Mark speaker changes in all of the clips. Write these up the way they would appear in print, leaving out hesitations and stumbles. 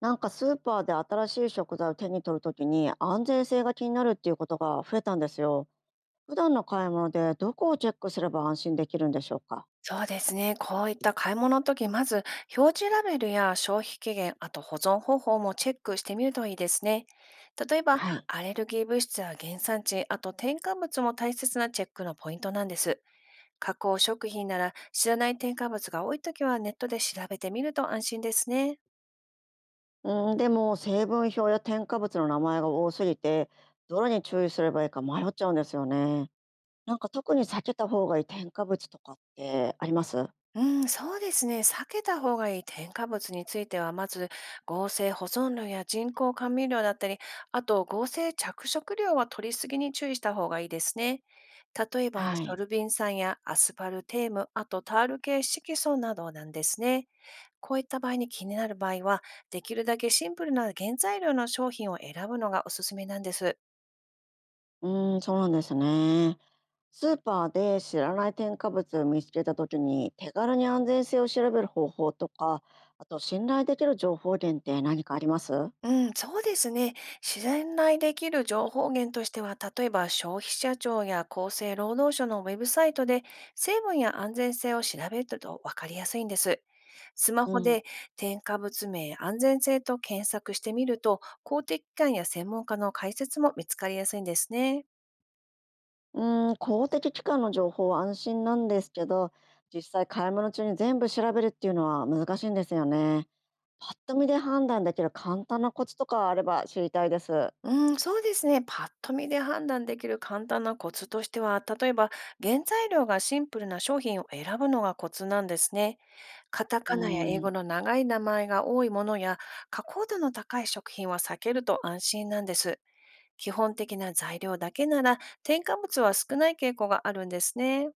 Speaker 1: なんかスーパーで新しい食材を手に取るときに安全性が気になるっていうことが増えたんですよ。普段の買い物でどこをチェックすれば安心できるんでしょうか？
Speaker 2: そうですね。こういった買い物の時、まず表示ラベルや消費期限、あと保存方法もチェックしてみるといいですね。例えば、
Speaker 1: はい。
Speaker 2: アレルギー物質や原産地、あと添加物も大切なチェックのポイントなんです。加工食品なら知らない添加物が多い時はネットで調べてみると安心ですね。
Speaker 1: うん、でも成分表や添加物の名前が多すぎてどれに注意すればいいか迷っちゃうんですよね。なんか特に避けた方がいい添加物とかってあります？
Speaker 2: うん、そうですね。避けた方がいい添加物については、まず合成保存料や人工甘味料だったり、あと合成着色料は取りすぎに注意した方がいいですね。例えば、
Speaker 1: は
Speaker 2: ソ
Speaker 1: い。
Speaker 2: ルビン酸やアスパルテーム、あとタール系色素などなんですね。こういった場合に気になる場合は、できるだけシンプルな原材料の商品を選ぶのがおすすめなんです。
Speaker 1: うん、そうなんですね。スーパーで知らない添加物を見つけた時に手軽に安全性を調べる方法とかあと信頼できる情報源って何かあります？
Speaker 2: うん、そうですね。自然来できる情報源としては、例えば消費者庁や厚生労働省のウェブサイトで成分や安全性を調べると分かりやすいんです。スマ
Speaker 1: う
Speaker 2: ホ
Speaker 1: ん。
Speaker 2: で添加物名、安全性と検索してみると、公的機関や専門家の解説も見つかりやすいんですね。
Speaker 1: 公的機関の情報は安心なんですけど実際買い物中に全部調べるっていうのは難しいんですよね。パッと見で判断できる簡単なコツとかあれば知りたいです。
Speaker 2: うん、そうですね。パッと見で判断できる簡単なコツとしては、例えば原材料がシンプルな商品を選ぶのがコツなんですね。カタ
Speaker 1: うー
Speaker 2: カナや英語
Speaker 1: ん、
Speaker 2: の長い名前が多いものや、加工度の高い食品は避けると安心なんです。基本的な材料だけなら、添加物は少ない傾向があるんですね。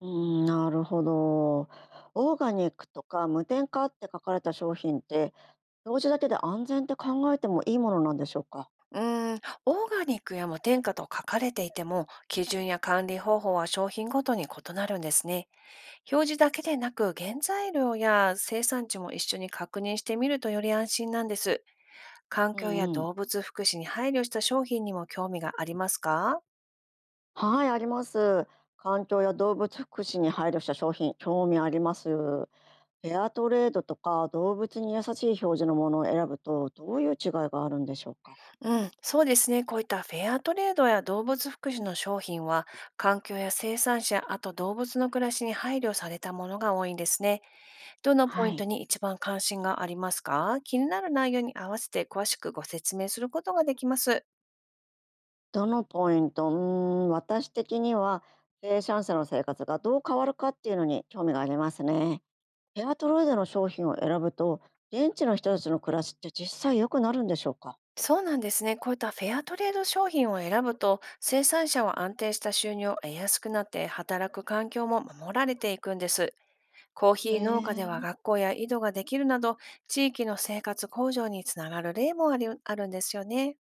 Speaker 1: うーん、なるほど。オーガニックとか無添加って書かれた商品って同時だけで安全って考えてもいいものなんでしょうか？
Speaker 2: うーん、オーガニックや無添加と書かれていても、基準や管理方法は商品ごとに異なるんですね。表示だけでなく、原材料や生産地も一緒に確認してみるとより安心なんです。環
Speaker 1: う
Speaker 2: 境や
Speaker 1: んうん。
Speaker 2: 動物福祉に配慮した商品にも興味がありますか？
Speaker 1: はい、あります。環境や動物福祉に配慮した商品、興味あります。フェアトレードとか動物に優しい表示のものを選ぶと、どういう違いがあるんでしょうか？
Speaker 2: うん、そうですね。こういったフェアトレードや動物福祉の商品は、環境や生産者、あと動物の暮らしに配慮されたものが多いんですね。どのポ
Speaker 1: は
Speaker 2: イント
Speaker 1: い。
Speaker 2: に一番関心がありますか？気になる内容に合わせて詳しくご説明することができます。
Speaker 1: どのポイントうーん、私的には、生産者の生活がどう変わるかっていうのに興味がありますね。フェアトレードの商品を選ぶと、現地の人たちの暮らしって実際良くなるんでしょうか？
Speaker 2: そうなんですね。こういったフェアトレード商品を選ぶと、生産者は安定した収入を得やすくなって、働く環境も守られていくんです。コー
Speaker 1: へ
Speaker 2: ヒー農家で
Speaker 1: え。
Speaker 2: は学校や井戸ができるなど、地域の生活向上につながる例もありあるんですよね。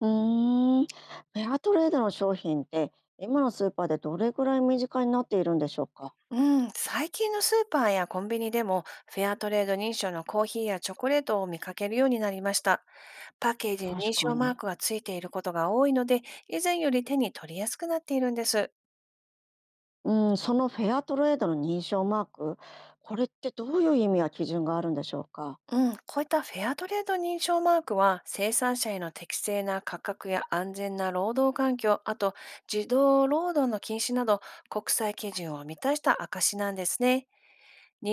Speaker 1: フェアトレードの商品って今のスーパーでどれぐらい身近になっているんでしょうか？
Speaker 2: うん、最近のスーパーやコンビニでも、フェアトレード認証のコーヒーやチョコレートを見かけるようになりました。パッケージに認
Speaker 1: 確か
Speaker 2: 証マー
Speaker 1: に。
Speaker 2: クがついていることが多いので、以前より手に取りやすくなっているんです。
Speaker 1: うん、そのフェアトレードの認証マーク、これってどういう意味や基準があるんでしょうか？
Speaker 2: うん、こういったフェアトレード認証マークは生産者への適正な価格や安全な労働環境、あと児童労働の禁止など国際基準を満たした証なんですね。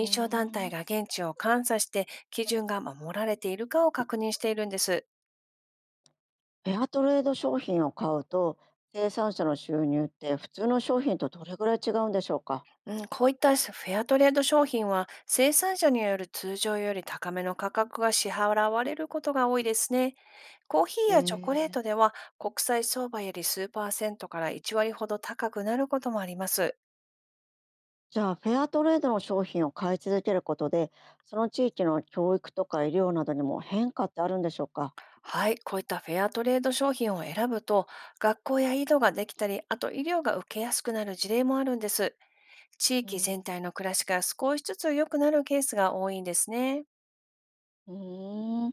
Speaker 1: うー
Speaker 2: 証団体
Speaker 1: ん。
Speaker 2: が現地を監査して基準が守られているかを確認しているんです。
Speaker 1: フェアトレード商品を買うと生産者の収入って普通の商品とどれぐらい違うんでしょうか？
Speaker 2: うん、こういったフェアトレード商品は生産者による通常より高めの価格が支払われることが多いですね。コーヒー
Speaker 1: え
Speaker 2: やチョコレー
Speaker 1: ー、
Speaker 2: トでは国際相場より数パーセントから1割ほど高くなることもあります。
Speaker 1: じゃあフェアトレードの商品を買い続けることでその地域の教育とか医療などにも変化ってあるんでしょうか？
Speaker 2: はい、こういったフェアトレード商品を選ぶと学校や井戸ができたり、あと医療が受けやすくなる事例もあるんです。地
Speaker 1: う
Speaker 2: 域全
Speaker 1: ん。
Speaker 2: 体の暮らしが少しずつ良くなるケースが多いんですね。
Speaker 1: うーん、フ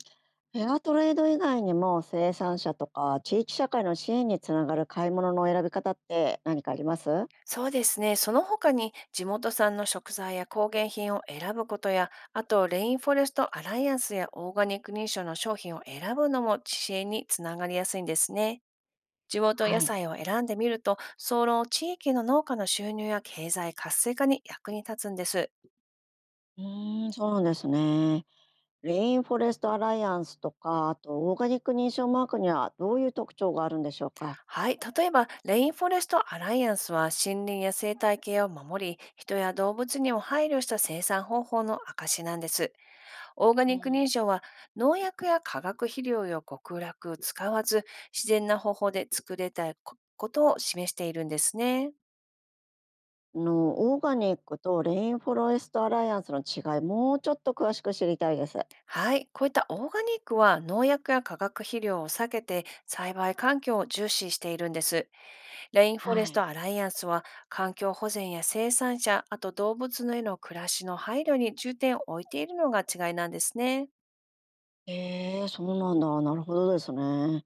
Speaker 1: ェアトレード以外にも生産者とか地域社会の支援につながる買い物の選び方って何かあります？
Speaker 2: そうですね。その他に地元産の食材や工芸品を選ぶことや、あとレインフォレストアライアンスやオーガニック認証の商品を選ぶのも知恵につながりやすいんですね。地元
Speaker 1: は
Speaker 2: 野
Speaker 1: い。
Speaker 2: 菜を選んでみると、総論地域の農家の収入や経済活性化に役に立つんです。
Speaker 1: うーん、そうなんですね。レインフォレストアライアンスとか、あとオーガニック認証マークにはどういう特徴があるんでしょうか？
Speaker 2: はい。例えば、レインフォレストアライアンスは森林や生態系を守り、人や動物にも配慮した生産方法の証なんです。オーガ
Speaker 1: う
Speaker 2: ニック認
Speaker 1: ん、
Speaker 2: 証は農薬や化学肥料や極楽使わず自然な方法で作れたこことを示しているんですね。
Speaker 1: あのオーガニックとレインフォレストアライアンスの違い、もうちょっと詳しく知りたいです。
Speaker 2: はい。こういったオーガニックは農薬や化学肥料を避けて栽培環境を重視しているんです。レインフォ
Speaker 1: は
Speaker 2: レスト
Speaker 1: い。
Speaker 2: アライアンスは環境保全や生産者、あと動物のへの暮らしの配慮に重点を置いているのが違いなんですね。
Speaker 1: えー、そうなんだ。なるほどですね。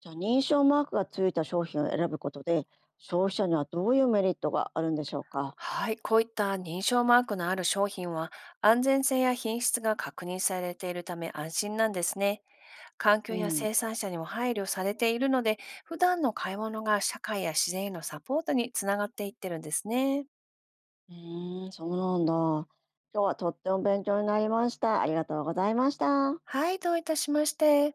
Speaker 1: じゃあ認証マークがついた商品を選ぶことで消費者にはどういうメリットがあるんでしょうか？
Speaker 2: はい、こういった認証マークのある商品は安全性や品質が確認されているため安心なんですね。環境
Speaker 1: う
Speaker 2: や
Speaker 1: ん。
Speaker 2: 生産者にも配慮されているので、普段の買い物が社会や自然へのサポートにつながっていってるんですね。
Speaker 1: うーん、そうなんだ。今日はとっても勉強になりました。ありがとうございました。
Speaker 2: はい、どういたしまして。